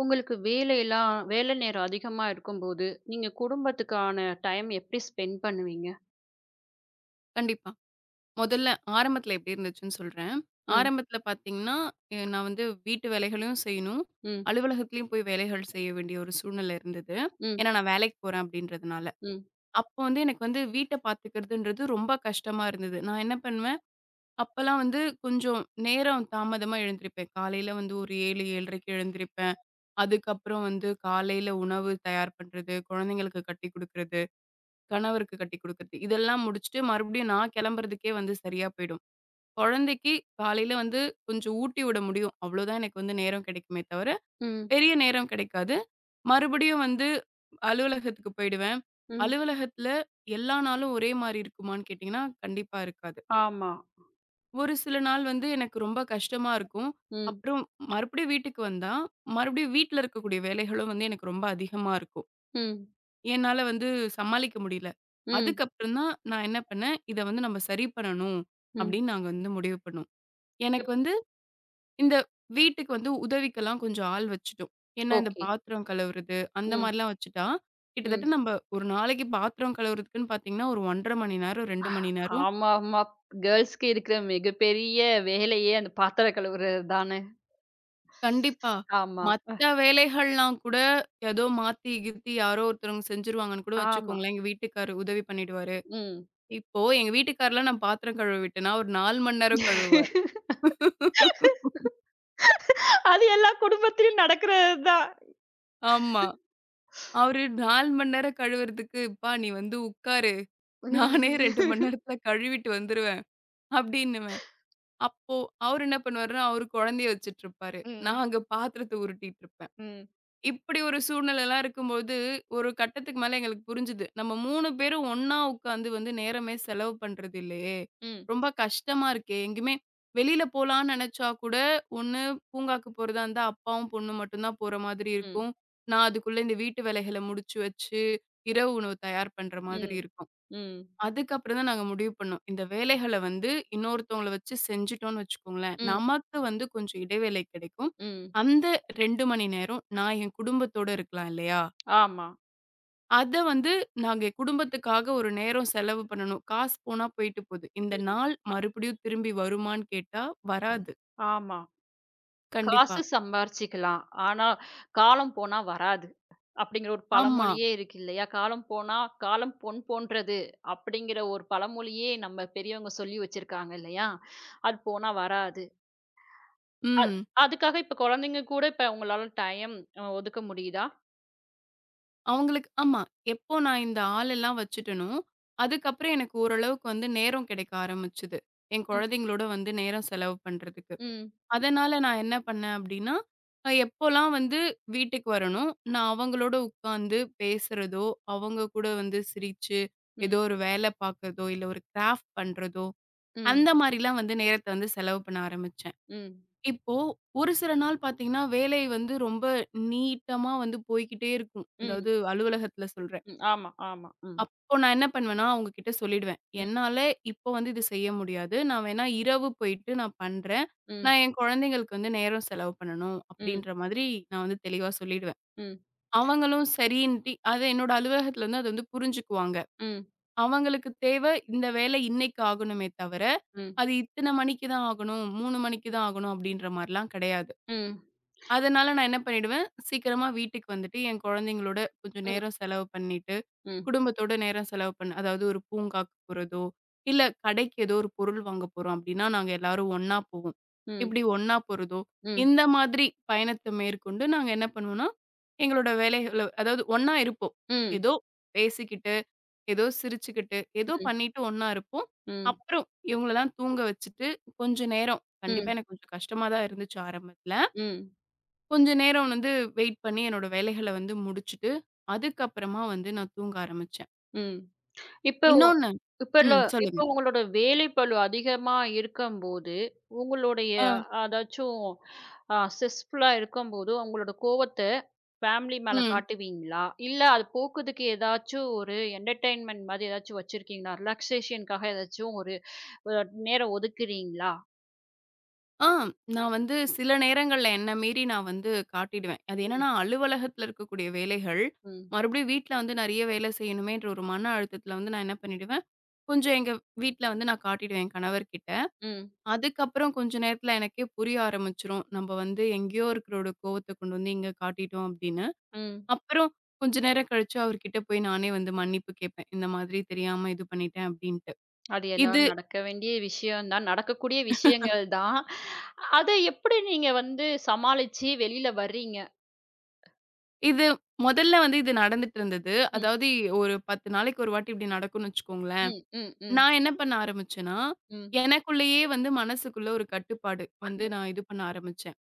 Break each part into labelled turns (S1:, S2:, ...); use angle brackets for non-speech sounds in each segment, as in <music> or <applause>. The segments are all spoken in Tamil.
S1: உங்களுக்கு வேலையெல்லாம் வேலை நேரம் அதிகமா இருக்கும்போது, நீங்க குடும்பத்துக்கான டைம் எப்படி ஸ்பெண்ட் பண்ணுவீங்க?
S2: கண்டிப்பா. முதல்ல ஆரம்பத்துல எப்படி இருந்துச்சுன்னு சொல்றேன்.
S1: ம்.
S2: ஆரம்பத்துல பார்த்தீங்கன்னா, நான் வந்து வீட்டு வேலைகளையும் செய்யணும்.
S1: ம்.
S2: அலுவலகத்திலயும் போய் வேலைகள் செய்ய வேண்டிய ஒரு சூழ்நிலை இருந்தது.
S1: ம்.
S2: ஏன்னா, நான் வேலைக்கு போறேன் அப்படின்றதுனால.
S1: ம்.
S2: அப்போ வந்து எனக்கு வந்து வீட்ட பார்த்துக்கிறதுன்றது ரொம்ப கஷ்டமா இருந்தது. நான் என்ன பண்ணுவேன், அப்பலாம் வந்து கொஞ்சம் நேரம் தாமதமா எழுந்திரிப்பேன். காலையில வந்து ஒரு 7, 7:30க்கு எழுந்திரிப்பேன். அதுக்கப்புறம் வந்து காலையில உணவு தயார் பண்றது, குழந்தைங்களுக்கு கட்டிக் குடுக்கறது, கணவருக்கு கட்டிக் குடுக்கறது, இதெல்லாம் முடிச்சுட்டு மறுபடியும் நான் கிளம்புறதுக்கே வந்து சரியா போயிடும். குழந்தைக்கு காலையில வந்து கொஞ்சம் ஊட்டி விட முடியும். அவ்வளோதான் எனக்கு வந்து நேரம் கிடைக்குமே தவிர,
S1: ம்.
S2: பெரிய நேரம் கிடைக்காது. மறுபடியும் வந்து அலுவலகத்துக்கு போயிடுவேன்.
S1: ம்.
S2: அலுவலகத்தில எல்லா நாளும் ஒரே மாரி இருக்குமான்னு கேட்டீங்கன்னா, கண்டிப்பா இருக்காது.
S1: ஆமா.
S2: ஒரு சில நாள் வந்து எனக்கு ரொம்ப கஷ்டமா இருக்கும்.
S1: ம்.
S2: அப்புறம் மறுபடியும் வீட்டுக்கு வந்தா, மறுபடியும் வீட்ல இருக்கக்கூடிய வேலைகளும் வந்து எனக்கு ரொம்ப அதிகமா இருக்கும்.
S1: ம்.
S2: என்னால வந்து சமாளிக்க முடியல.
S1: ம்.
S2: அதுக்கப்புறம் தான் நான் என்ன பண்ணேன், இத வந்து நம்ம சரி பண்ணணும்
S1: ம்.
S2: அப்படின்னு நாங்க வந்து முடிவு பண்ணோம். எனக்கு
S1: எப்
S2: வந்து இந்த வீட்டுக்கு வந்து உதவிக்கெல்லாம் கொஞ்சம் ஆள் வச்சுட்டோம். ஏன்னா, இந்த
S1: ஓகே.
S2: பாத்திரம் கழுவுறது அந்த
S1: ம்.
S2: மாரிலாம் வச்சுட்டா,
S1: ம்.
S2: கிட்டத்தட்ட நம்ப ஒரு நாளைக்கு பாத்திரம் கழுவுறதுக்குன்னு பார்த்தீங்கன்னா, ஒரு 1 1/2 மணி நேரம்,
S1: ஆ,
S2: 2 மணி நேரம்
S1: ஆமா, ஆமா. கேர்ல்ஸ்க்கு இருக்கிற மிகப்பெரிய வேலையே அந்த பாத்திரம் கழுவுறது தானே.
S2: கண்டிப்பா.
S1: ஆமா. அ
S2: மத்த வேலைகள்லாம் கூட ஏதோ மாத்தி கித்தி யாரோ ஒருத்தவங்க செஞ்சுருவாங்கன்னு கூட
S1: ஆமா.
S2: வச்சுக்கோங்களேன். எங்க வீட்டுக்காரரு உதவி பண்ணிடுவாரு.
S1: ம்.
S2: இப்போ எங்க வீட்டுக்கார்லாம் நான் பாத்திரம் கழுவ விட்டேன்னா, ஒரு 4 மணி நேரம் கழுவுவாரு.
S1: <laughs> அது எல்லா குடும்பத்திலும் நடக்கிறது தான்.
S2: ஆமா. அவரு 4 மணி நேரம் கழுவுறதுக்கு, "ப்பா நீ வந்து உட்காரு. நானே 2 மணி
S1: <laughs>
S2: நேரத்துல கழுவிட்டு வந்துருவேன்." அப்டின்னுவேன். அப்போ அவரு என்ன பண்ணுவாருன்னா, அவரு குழந்தைய வச்சுட்டுருப்பாரு.
S1: ம்.
S2: நான் அங்க பாத்திரத்த உருட்டிட்டு இருப்பேன்.
S1: ம்.
S2: இப்டி ஒரு சூழ்நிலைலாம் இருக்கும்போது, ஒரு கட்டத்துக்கு மேல எங்களுக்கு புரிஞ்சுது. நம்ம 3 பேரும் ஒண்ணா உட்காந்து வந்து நேரமே செலவு பண்றது இல்லையே!
S1: ம்.
S2: ரொம்ப கஷ்டமா இருக்கே! எங்கேயுமே வெளில போலான்னு நெனச்சா கூட, ஒண்ணு பூங்காக்கு போறதா இருந்தா, அப்பாவும் பொண்ணும் மட்டும் தான் போற மாதிரி
S1: ம்.
S2: இருக்கும். நான் அதுக்குள்ள இந்த வீட்டு வேலைகள முடிச்சு வச்சு, இரவு உணவு தயார் பண்ற மாதிரி
S1: ம்.
S2: இருக்கும்.
S1: ம்.
S2: அதுக்கப்புறம் தான் நாங்க முடிவு பண்ணோம். இந்த வேலைகள வந்து இன்னொருத்தவங்கள வச்சு செஞ்சுட்டோம்னு வச்சுக்கோங்களேன்,
S1: ம்.
S2: நமக்கு வந்து கொஞ்சம் இடைவேளை கிடைக்கும்.
S1: ம்.
S2: அந்த 2 மணி நேரம் நான் என் குடும்பத்தோட இருக்கலாம் இல்லையா?
S1: ஆமா.
S2: அத வந்து நாங்க குடும்பத்துக்காக ஒரு நேரம் செலவு பண்ணணும். காசு போனா போயிட்டு போது. இந்த நாள் மறுபடியும் திரும்பி வருமான்னு கேட்டா வராது.
S1: ஆமா. காசு
S2: கண்டிப்பா.
S1: சம்பாரிச்சுக்கலாம். ஆனா, காலம் போனா வராது. அப்படிங்கிற ஒரு
S2: ஆமா.
S1: பழமொழியே இருக்கு இல்லையா? காலம் போனா காலம் பொன் போன்றது அப்படிங்கிற ஒரு பழமொழியே நம்ம பெரியவங்க சொல்லி வச்சிருக்காங்க இல்லையா? அது போனா வராது. அது
S2: ம்.
S1: அதுக்காக இப்ப குழந்தைங்க கூட இப்ப உங்களால டைம் ஒதுக்க முடியுதா?
S2: அவங்களுக்கு ஆமா. எப்போ நான் இந்த ஆளெல்லாம் வச்சுட்டேனோ, அதுக்கப்புறம் எனக்கு ஓரளவுக்கு வந்து நேரம் கிடைக்க ஆரம்பிச்சது. என்
S1: ம்.
S2: குழந்தைங்களோட வந்து நேரம் செலவு பண்றதுக்கு.
S1: ம்.
S2: அதனால நான் என்ன பண்ணேன் அப்டின்னா, எப்போலாம் வந்து வீட்டுக்கு வரணும், நான் அவங்களோட உட்காந்து பேசுறதோ, அவங்க கூட வந்து சிரிச்சு,
S1: ம்.
S2: ஏதோ ஒரு வேல பார்க்கறதோ, இல்ல ஒரு கிராஃப்ட் பண்றதோ,
S1: ம்.
S2: அந்த மாரிலாம் வந்து நேரத்த வந்து செலவு பண்ண ஆரம்பிச்சேன்.
S1: ம்.
S2: இப்போ ஒரு சில நாள் பார்த்தீங்கன்னா, வேலை வந்து ரொம்ப நீட்டமா வந்து போய்க்கிட்டே இருக்கும்.
S1: ம்.
S2: அதாவது அலுவலகத்துல சொல்றேன்.
S1: ம். ஆமா, ஆமா. ம்.
S2: அப்போ நான் என்ன பண்ணுவேன்னா, அவங்க கிட்ட சொல்லிடுவேன்.
S1: ம்.
S2: என்னால இப்போ வந்து இது செய்ய முடியாது. நான் வேணா இரவு போயிட்டு நான் பண்றேன்.
S1: ம்.
S2: நான் என் குழந்தைங்களுக்கு வந்து நேரம் செலவு பண்ணணும்
S1: ம்.
S2: அப்டின்ற மாதிரி நான் வந்து தெளிவா சொல்லிடுவேன்.
S1: ம்.
S2: அவங்களும் சரின்ட்டு அது என்னோட அலுவலகத்துல வந்து அது வந்து புரிஞ்சுக்குவாங்க.
S1: ம்.
S2: அவங்களுக்கு இந்த வேலை இன்னைக்கு ஆகணுமே தவிர,
S1: ம்.
S2: அது இத்தன மணிக்கு தான் ஆகணும், 3 மணிக்கு தான் ஆகணும் அப்டின்ற மாரிலாம் கிடையாது.
S1: ம்.
S2: அதனால நான் என்ன பண்ணிடுவேன், சீக்கிரமா வீட்டுக்கு வந்துட்டு என் குழந்தைங்களோட கொஞ்சம்
S1: ம்.
S2: நேரம் செலவு பண்ணிட்டு
S1: ம்.
S2: குடும்பத்தோட நேரம் செலவு பண்ண அதாவது ஒரு பூங்காக்கு போறதோ, இல்ல கடைக்கு ஏதோ ஒரு பொருள் வாங்க போறோம் அப்படின்னா, நாங்க எல்லாரும் ஒண்ணா போவோம்.
S1: ம்.
S2: இப்படி ஒண்ணா போறதோ,
S1: ம்.
S2: இந்த மாதிரி பயணத்த மேற்கொண்டு நாங்க என்ன பண்ணுவோம்னா, எங்களோட வேலைகள அதாவது ஒண்ணா இருப்போம்.
S1: ம்.
S2: ஏதோ பேசிக்கிட்டு, ஏதோ சிரிச்சுக்கிட்டு, ஏதோ
S1: ம்.
S2: பண்ணிட்டு ஒண்ணா இருப்போம்.
S1: ம்.
S2: அப்புறம் இவங்களலாம் தூங்க வச்சுட்டு, கொஞ்ச நேரம்
S1: ம்.
S2: கண்டிப்பா எனக்கு கொஞ்சம் கஷ்டமா தான் இருந்துச்சு ஆரம்பத்துல.
S1: ம்.
S2: கொஞ்ச நேரம் வந்து வெயிட் பண்ணி என்னோட வேலைகள வந்து முடிச்சுட்டு, அதுக்கப்புறமா வந்து நான் தூங்க ஆரம்பிச்சேன்.
S1: ம். இப்போ
S2: இன்னொன்னு
S1: இப்போ இல்ல
S2: ம்.
S1: இப்போ
S2: சொல்லுங்க.
S1: உங்களோட வேலைப்பளு அதிகமா இருக்கும்போது, உங்களுடைய
S2: ஆ,
S1: அதாச்சும் ஸ்ட்ரெஸ்ஃபுல்லா இருக்கும்போது, உங்களோட கோவத்த ஃபேமிலி மேல
S2: ம்.
S1: காட்டுவீங்களா? இல்ல அது போக்குறதுக்கு ஏதாச்சும் ஒரு என்டர்டெயின்மென்ட் மாதிரி ஏதாச்சும் வச்சிருக்கீங்களா? ரிலாக்சேஷன்க்காக ஏதாச்சும் ஒரு நேரம் ஒதுக்குறீங்களா?
S2: ஆ நான் வந்து சில நேரங்கள்ல என்ன மீறி நான் வந்து காட்டிடுவேன். அது
S1: ம்.
S2: என்னன்னா, அலுவலகத்துல இருக்கக்கூடிய வேலைகள்,
S1: ம்.
S2: மறுபடியும் வீட்ல வந்து நெறைய வேலை செய்யணுமேன்ற ஒரு மன அழுத்தத்துல வந்து நான் என்ன பண்ணிடுவேன், கொஞ்சம் எங்க வீட்ல வந்து நான் காட்டிடுவேன் என் கணவர்கிட்ட.
S1: ம்.
S2: அதுக்கப்புறம் கொஞ்ச நேரத்துல எனக்கே புரிய ஆரம்பிச்சுரும். நம்ம வந்து எங்கேயோ இருக்கிறோட கோவத்த கொண்டு வந்து இங்க காட்டிட்டோம் அப்படின்னு.
S1: ம்.
S2: அப்புறம் கொஞ்ச நேரம் கழிச்சு அவர்கிட்ட போய் நானே வந்து மன்னிப்பு கேட்பேன். இந்த மாதிரி தெரியாம இது பண்ணிட்டேன் அப்படின்ட்டு.
S1: அது
S2: இது
S1: எல்லாரும் நடக்க வேண்டிய விஷயம் தான். நடக்கக்கூடிய விஷயங்கள் தான். அத எப்படி நீங்க வந்து சமாளிச்சு வெளியில வர்றீங்க?
S2: இது முதல்ல வந்து இது நடந்துட்டு இருந்தது.
S1: ம்.
S2: அதாவது ஒரு 10 நாளைக்கு ஒரு வாட்டி இப்படி நடக்கும்னு வச்சுக்கோங்களேன்.
S1: ம். ம். ம்.
S2: நான் என்ன பண்ண ஆரம்பிச்சேன்னா,
S1: ம்.
S2: எனக்குள்ளேயே வந்து மனசுக்குள்ள ஒரு கட்டுப்பாடு வந்து
S1: ம்.
S2: நான் இது பண்ண ஆரம்பிச்சேன்.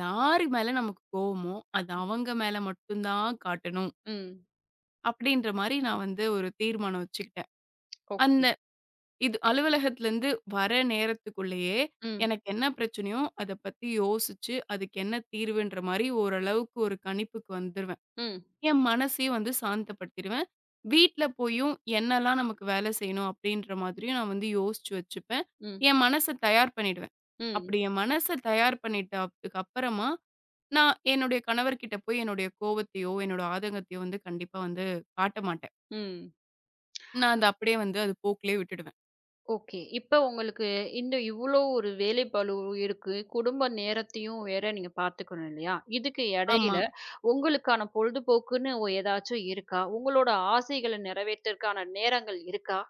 S2: யாரு மேல நமக்கு கோவமோ, அது அவங்க மேல மட்டும் தான் காட்டணும்.
S1: ம்.
S2: அப்படின்ற மாரி நான் வந்து ஒரு தீர்மானம் வச்சுக்கிட்டேன்.
S1: ஓகே.
S2: அந்த இது அலுவலகத்துலருந்து வர நேரத்துக்குள்ளேயே
S1: ம்.
S2: எனக்கு என்ன பிரச்சனையோ, அத பத்தி யோசிச்சு, அதுக்கு என்ன தீர்வுன்ற மாரி ஓரளவுக்கு ஒரு கணிப்புக்கு வந்துருவேன்.
S1: ம்.
S2: என் மனசே வந்து சாந்தப்படுத்திருவேன். வீட்ல போயும் என்னலாம் நமக்கு வேலை செய்யணும் அப்டின்ற மாதிரியும் நான் வந்து யோசிச்சு வச்சுப்பேன்.
S1: ம்.
S2: என் மனச தயார் பண்ணிடுவேன்.
S1: ம்.
S2: அப்படி என் மனச தயார் பண்ணிட்டதுக்கு அப்புறமா, நான் என்னுடைய கணவர்கிட்ட போய் என்னுடைய கோவத்தையோ, என்னோட ஆதங்கத்தையோ வந்து கண்டிப்பா வந்து காட்ட மாட்டேன்.
S1: ம்.
S2: நான் அத அப்படியே வந்து அது போக்குலயே விட்டுடுவேன்.
S1: ஓகே. இப்ப உங்களுக்கு இந்த இவ்ளோ ஒரு வேலைப்பளு இருக்கு. குடும்ப நேரத்தையும் வேற நீங்க பார்த்துக்கணும் இல்லையா? இதுக்கு
S2: ஆமா.
S1: இடையில உங்களுக்கான பொழுதுபோக்குன்னு ஏதாச்சும் இருக்கா? உங்களோட ஆசைகள நிறைவேற்றற்கான நேரங்கள் இருக்கா?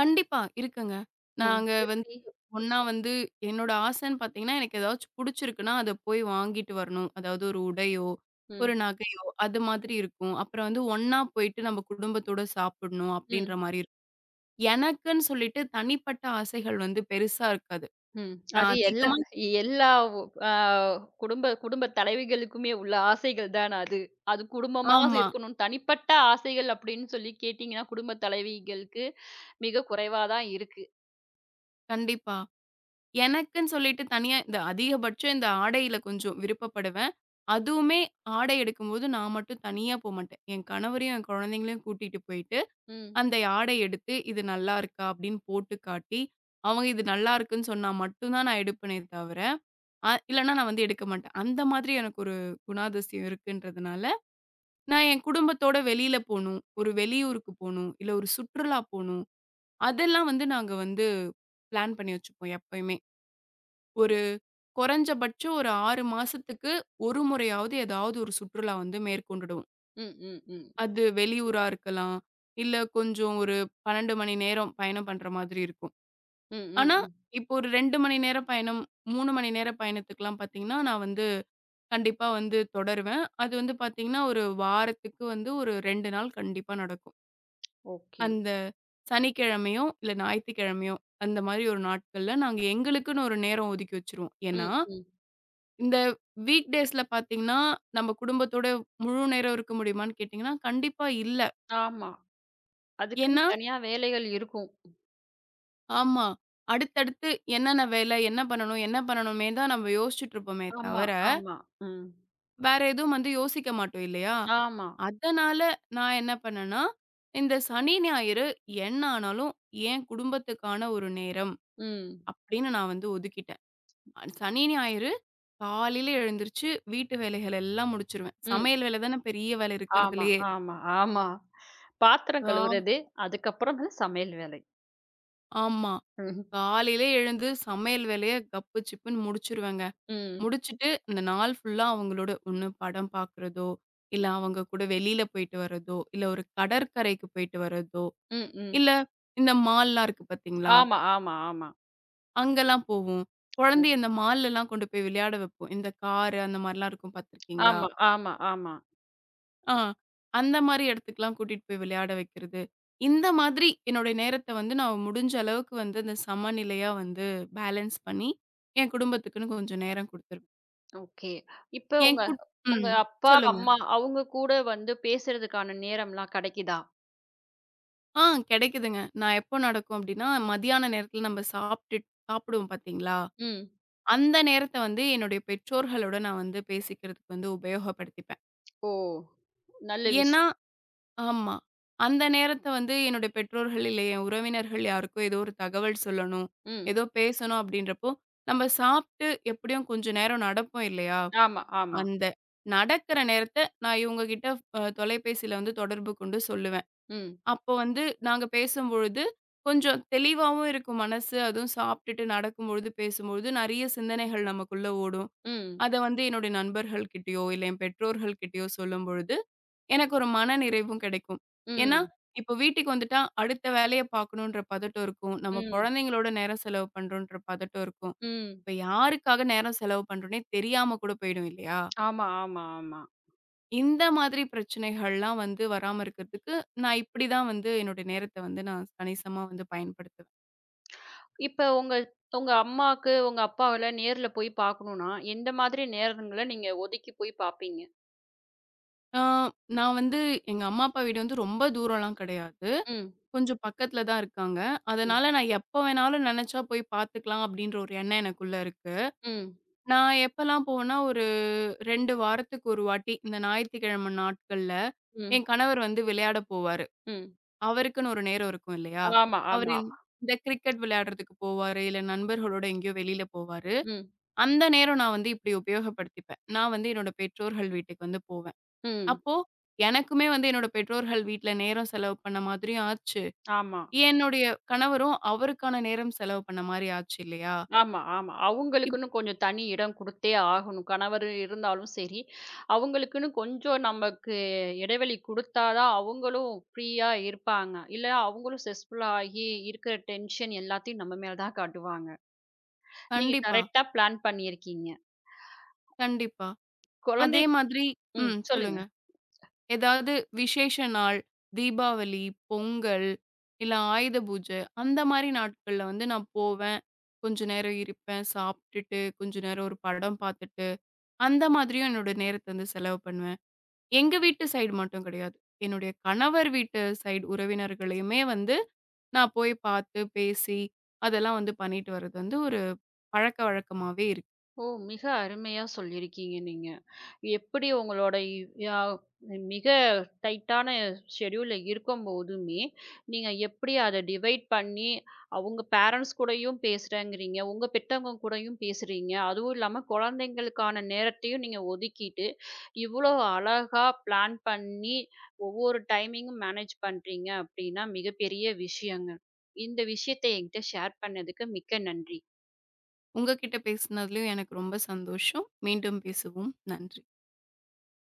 S2: கண்டிப்பா இருக்குங்க.
S1: ம்.
S2: நாங்க வந்து
S1: எப்படி?
S2: ஒண்ணா வந்து என்னோட ஆசன்னு பார்த்தீங்கன்னா, எனக்கு ஏதாச்சும் புடிச்சிருக்குன்னா, அத போய் வாங்கிட்டு வரணும். அதாவது ஒரு உடையோ, ஒரு
S1: ம்.
S2: நகையோ அது மாதிரி இருக்கும். அப்புறம் வந்து ஒண்ணா போயிட்டு நம்ம குடும்பத்தோட சாப்பிடணும் அப்படின்ற
S1: ம்.
S2: மாரி இருக்கும். எனக்குன்னு சொல்லிட்டு தனிப்பட்ட ஆசைகள் வந்து பெருசா இருக்காது.
S1: ம்.
S2: நான்
S1: அது எல்லா
S2: அதிகமா
S1: எல்லா ஒ அ குடும்ப குடும்ப தலைவிகளுக்குமே உள்ள ஆசைகள் தான அது. அது குடும்பமா
S2: ஆமா.
S1: இருக்கணும். தனிப்பட்ட ஆசைகள் அப்படின்னு சொல்லி கேட்டீங்கன்னா, குடும்ப தலைவிகளுக்கு மிக குறைவா தான் இருக்கு.
S2: கண்டிப்பா. எனக்குன்னு சொல்லிட்டு தனியா இந்த அதிகபட்சம் இந்த ஆடையில கொஞ்சம் விருப்பப்படுவேன். அதுவுமே ஆடை எடுக்கும்போது நான் மட்டும் தனியா போமாட்டேன். என் கணவரையும், என் குழந்தைங்களையும் கூட்டிட்டு போயிட்டு
S1: ம்.
S2: அந்த ஆடை எடுத்து, "இது நல்லா இருக்கா?" அப்படின்னு போட்டு காட்டி, அவங்க இது நல்லா இருக்குன்னு சொன்னா மட்டும் தான் நான் எடுப்பனே தவிர, இல்லன்னா நான் வந்து எடுக்க மாட்டேன். அந்த மாதிரி எனக்கு ஒரு குணாதிசயம் இருக்குன்றதுனால, நான் என் குடும்பத்தோட வெளியில போணும், ஒரு வெளியூருக்கு போணும், இல்ல ஒரு சுற்றுலா போணும். அதெல்லாம் வந்து நாங்க வந்து பிளான் பண்ணி வச்சுப்போம் எப்பயுமே. ஒரு குறைஞ்சபட்சம் ஒரு 6 மாசத்துக்கு ஒரு முறையாவது ஏதாவது ஒரு சுற்றுலா வந்து மேற்கொண்டுடுவோம்.
S1: ம். ம். ம்.
S2: அது வெளியூரா இருக்கலாம், இல்ல கொஞ்சம் ஒரு 12 மணி நேரம் பயணம் பண்ற மாதிரி இருக்கும்.
S1: ம். ம்.
S2: ஆனா,
S1: ம்.
S2: இப்போ ஒரு 2 மணி நேர பயணம், 3 மணி நேர பயணத்துக்குலாம் பார்த்தீங்கன்னா, நான் வந்து கண்டிப்பா வந்து தொடருவேன். அது வந்து பார்த்தீங்கன்னா, ஒரு வாரத்துக்கு வந்து ஒரு 2 நாள் கண்டிப்பா நடக்கும்.
S1: ஓகே.
S2: அந்த சனிக்கிழமையோ, இல்ல ஞாயித்துக்கிழமையோ, அந்த மாரி ஒரு நாட்கள்ல நாங்க எங்களுக்குன்னு ஒரு நேரம் ஒதுக்கி வச்சுருவோம்.
S1: ம்.
S2: ஏன்னா,
S1: ம்.
S2: இந்த வீக் டேஸ்ல பார்த்தீங்கன்னா, நம்ம குடும்பத்தோட முழு நேரம் இருக்க முடியுமான்னு கேட்டீங்கன்னா, கண்டிப்பா இல்ல.
S1: ஆமா. அதுக்குன்னு
S2: ஏன்னா
S1: தனியா வேலைகள் இருக்கும்.
S2: ஆமா. அடுத்தடுத்து என்னென்ன வேலை, என்ன பண்ணணும் என்ன பண்ணணுமே தான் நம்ம யோசிச்சுட்டு இருப்போமே
S1: ஆமா,
S2: தவிர,
S1: ஆமா. ம்.
S2: வேற எதுவும் வந்து யோசிக்க மாட்டோம் இல்லையா?
S1: ஆமா.
S2: அதனால நான் என்ன பண்ணேன்னா, இந்த சனி, ஞாயிறு என்ன ஆனாலும் என் குடும்பத்துக்கான ஒரு நேரம்
S1: ம்.
S2: அப்படின்னு நான் வந்து ஒதுக்கிட்டேன். சனி, ஞாயிறு காலையில எழுந்திருச்சு வீட்டு வேலைகள் எல்லாம் முடிச்சுருவேன்.
S1: ம்.
S2: சமையல் வேலை தானே பெரிய வேலை
S1: ஆமா,
S2: இருக்கிறதுலயே.
S1: ஆமா, ஆமா. பாத்திரம்
S2: கா
S1: கழுவுறது, அதுக்கப்புறம் வந்து சமையல் வேலை.
S2: ஆமா.
S1: ம்.
S2: காலையிலே எழுந்து சமையல் வேலைய கப்பு சிப்புன்னு முடிச்சுருவேங்க.
S1: ம்.
S2: முடிச்சுட்டு அந்த நாள் ஃபுல்லா அவங்களோட ஒண்ணு படம் பார்க்குறதோ, இல்ல அவங்க கூட வெளியில போயிட்டு வர்றதோ, இல்ல ஒரு கடற்கரைக்கு போயிட்டு வர்றதோ
S1: ம். ம்.
S2: இல்ல இந்த மால்லாம் இருக்கு பார்த்தீங்களா?
S1: ஆமா, ஆமா, ஆமா.
S2: அங்கலாம் போவோம்.
S1: ஓ.
S2: குழந்தைய இந்த மால்லலாம் கொண்டு போய் விளையாட வைப்போம். இந்த காரு அந்த மாரிலாம் இருக்கும் பார்த்துருக்கீங்களா?
S1: ஆமா, ஆமா, ஆமா.
S2: ஆ அந்த மாரி இடத்துக்குலாம் கூட்டிட்டு போய் விளையாட வைக்கிறது. இந்த மாதிரி என்னுடைய நேரத்த வந்து நான் முடிஞ்ச அளவுக்கு வந்து இந்த சமநிலையா வந்து பேலன்ஸ் பண்ணி, என் குடும்பத்துக்குன்னு கொஞ்சம் நேரம் குடுத்துருவேன்.
S1: ஓகே. இப்ப
S2: என்
S1: உங்க
S2: குட்
S1: உங்க
S2: ம்.
S1: அப்பா,
S2: சொல்லுங்க.
S1: அம்மா அவங்க கூட வந்து பேசுறதுக்கான நேரம்லாம் கிடைக்குதா?
S2: ஆ கிடைக்குதுங்க. நான் எப்போ நடக்கும் அப்டின்னா, மதியான நேரத்தில நம்ம சாப்ட்டுட் சாப்பிடுவோம் பார்த்தீங்களா?
S1: ம்.
S2: அந்த நேரத்த வந்து என்னுடைய பெற்றோர்களோட நான் வந்து பேசிக்கிறதுக்கு வந்து உபயோகப்படுத்திப்பேன்.
S1: ஓ! நல்ல
S2: ஏன்னா
S1: விஷயம்.
S2: ஆமா. அந்த நேரத்த வந்து என்னுடைய பெற்றோர்கள் இல்ல, என் உறவினர்கள் யாருக்கோ ஏதோ ஒரு தகவல் சொல்லணும்,
S1: ம்.
S2: ஏதோ பேசணும் அப்படின்றப்போ, நம்ம சாப்பிட்டு எப்படியும் கொஞ்ச நேரம் நடப்போம் இல்லையா?
S1: ஆமா, ஆமா.
S2: அந்த நடக்கிற நேரத்த நான் இவங்க கிட்ட தொலைபேசியில வந்து தொடர்பு கொண்டு சொல்லுவேன்.
S1: ம்.
S2: அப்போ வந்து நாங்க பேசும்பொழுது கொஞ்சம் தெளிவாவும் இருக்கும் மனசு. அதுவும் சாப்பிட்டுட்டு நடக்கும்பொழுது, பேசும்பொழுது நெறைய சிந்தனைகள் நமக்குள்ள ஓடும்.
S1: ம்.
S2: அத வந்து என்னுடைய நண்பர்கள்கிட்டயோ, இல்ல என் பெற்றோர்கள்கிட்டயோ சொல்லும்பொழுது, எனக்கு ஒரு மனநிறைவும் கிடைக்கும். ஏன்னா,
S1: ம்.
S2: இப்போ வீட்டுக்கு வந்துட்டா அடுத்த வேலைய பார்க்கணுன்ற பதட்டம் இருக்கும். நம்ம
S1: ம்.
S2: குழந்தைங்களோட நேரம் செலவு பண்றோன்ற பதட்டம் இருக்கும்.
S1: ம்.
S2: இப்ப யாருக்காக நேரம் செலவு பண்றோன்னே தெரியாம கூட போயிடும் இல்லையா?
S1: ஆமா, ஆமா, ஆமா.
S2: இந்த மாதிரி பிரச்சனைகள்லாம் வந்து வராம இருக்கிறதுக்கு, நான் இப்படிதான் வந்து என்னுடைய நேரத்த வந்து நான் கணிசமா வந்து பயன்படுத்துவேன்.
S1: இப்ப உங்க உங்க அம்மாக்கு, உங்க அப்பாவெல்லாம் நேர்ல போய் பார்க்கணும்னா, எந்த மாதிரி நேரங்கள நீங்க ஒதுக்கி போய் பார்ப்பீங்க?
S2: ஆ நான் வந்து எங்க அம்மா, அப்பா வீடு வந்து ரொம்ப தூரம்லாம் கிடையாது.
S1: ம்.
S2: கொஞ்சம் பக்கத்துல தான் இருக்காங்க.
S1: ம்.
S2: அதனால நான் எப்ப வேணாலும் நெனச்சா போய் பார்த்துக்கலாம் அப்டின்ற ஒரு எண்ணம் எனக்குள்ள இருக்கு.
S1: ம்.
S2: நான் எப்பலாம் போவேன்னா, ஒரு 2 வாரத்துக்கு ஒரு வாட்டி இந்த ஞாயித்துக்கிழமை நாட்கள்ல
S1: ம்.
S2: என் கணவர் வந்து விளையாட போவாரு.
S1: ம்.
S2: அவருக்குன்னு ஒரு நேரம் இருக்கும் இல்லையா?
S1: ஆமா,
S2: அவரு
S1: ஆமா.
S2: இந்த இந்த கிரிக்கெட் விளையாடுறதுக்கு போவாரு, இல்ல நண்பர்களோட எங்கேயோ வெளியில போவாரு.
S1: ம்.
S2: அந்த நேரம் நான் வந்து இப்டி உபயோகப்படுத்திப்பேன். நான் வந்து என்னோட பெற்றோர்கள் வீட்டுக்கு வந்து போவேன்.
S1: ம்.
S2: அப்போ எனக்குமே வந்து என்னோட பெற்றோர்கள் வீட்ல நேரம் செலவு பண்ண மாதிரியும் ஆச்சு.
S1: ஆமா.
S2: என்னுடைய கணவரும் அவருக்கான நேரம் செலவு பண்ண மாரி ஆச்சு இல்லையா?
S1: ஆமா, ஆமா.
S2: இப்
S1: அவங்களுக்குன்னு கொஞ்சம் தனி இடம் குடுத்தே ஆகணும். கணவர் இருந்தாலும் சரி, அவங்களுக்குன்னு கொஞ்சம் நமக்கு இடைவெளி குடுத்தா தான் அவங்களும் ஃப்ரீயா இருப்பாங்க. இல்ல அவங்களும் ஸ்ட்ரெஸ்ஃபுல் ஆகி இருக்கிற டென்ஷன் எல்லாத்தையும் நம்ம மேல தான் காட்டுவாங்க. நீங்க
S2: கண்டிப்பா,
S1: கரெக்ட்டா பிளான் பண்ணியிருக்கீங்க.
S2: கண்டிப்பா.
S1: குழந்தை
S2: அதே மாதிரி
S1: ம்.
S2: ம்.
S1: சொல்லுங்க.
S2: சொல்லுங்க. ஏதாவது விசேஷ நாள், தீபாவளி, பொங்கல், இல்ல ஆயுத பூஜை அந்த மாரி நாட்கள்ல வந்து நான் போவேன். கொஞ்ச நேரம் இருப்பேன். சாப்பிட்டுட்டு, கொஞ்ச நேரம் ஒரு படம் பார்த்துட்டு, அந்த மாதிரியும் என்னோட நேரத்த வந்து செலவு பண்ணுவேன். எங்க வீட்டு சைடு மட்டும் கிடையாது. என்னுடைய கணவர் வீட்டு சைடு உறவினர்களையுமே வந்து நான் போய் பார்த்து, பேசி, அதெல்லாம் வந்து பண்ணிட்டு வர்றது வந்து ஒரு பழக்கவழக்கமாவே இருக்கு.
S1: ஓ! மிக அருமையா சொல்லியிருக்கீங்க நீங்க. எப்படி உங்களோட இ- யா மிக டைட்டான ஷெட்யூல்ல இருக்கும்போதுமே, நீங்க எப்படி அத டிவைட் பண்ணி, உங்க பேரண்ட்ஸ் கூடயும் பேசுறேங்கிறீங்க, உங்க பெத்தவங்க கூடயும் பேசுறீங்க. அதுவும் இல்லாம குழந்தைங்களுக்கான நேரத்தையும் நீங்க ஒதுக்கிட்டு, இவ்வளோ அழகா பிளான் பண்ணி ஒவ்வொரு டைமிங்கும் மேனேஜ் பண்றீங்க அப்படின்னா, மிகப்பெரிய விஷயங்க. இந்த விஷயத்த என்கிட்ட ஷேர் பண்ணதுக்கு மிக்க நன்றி.
S2: உங்ககிட்ட பேசினதுலயும் எனக்கு ரொம்ப சந்தோஷம். மீண்டும் பேசுவோம். நன்றி.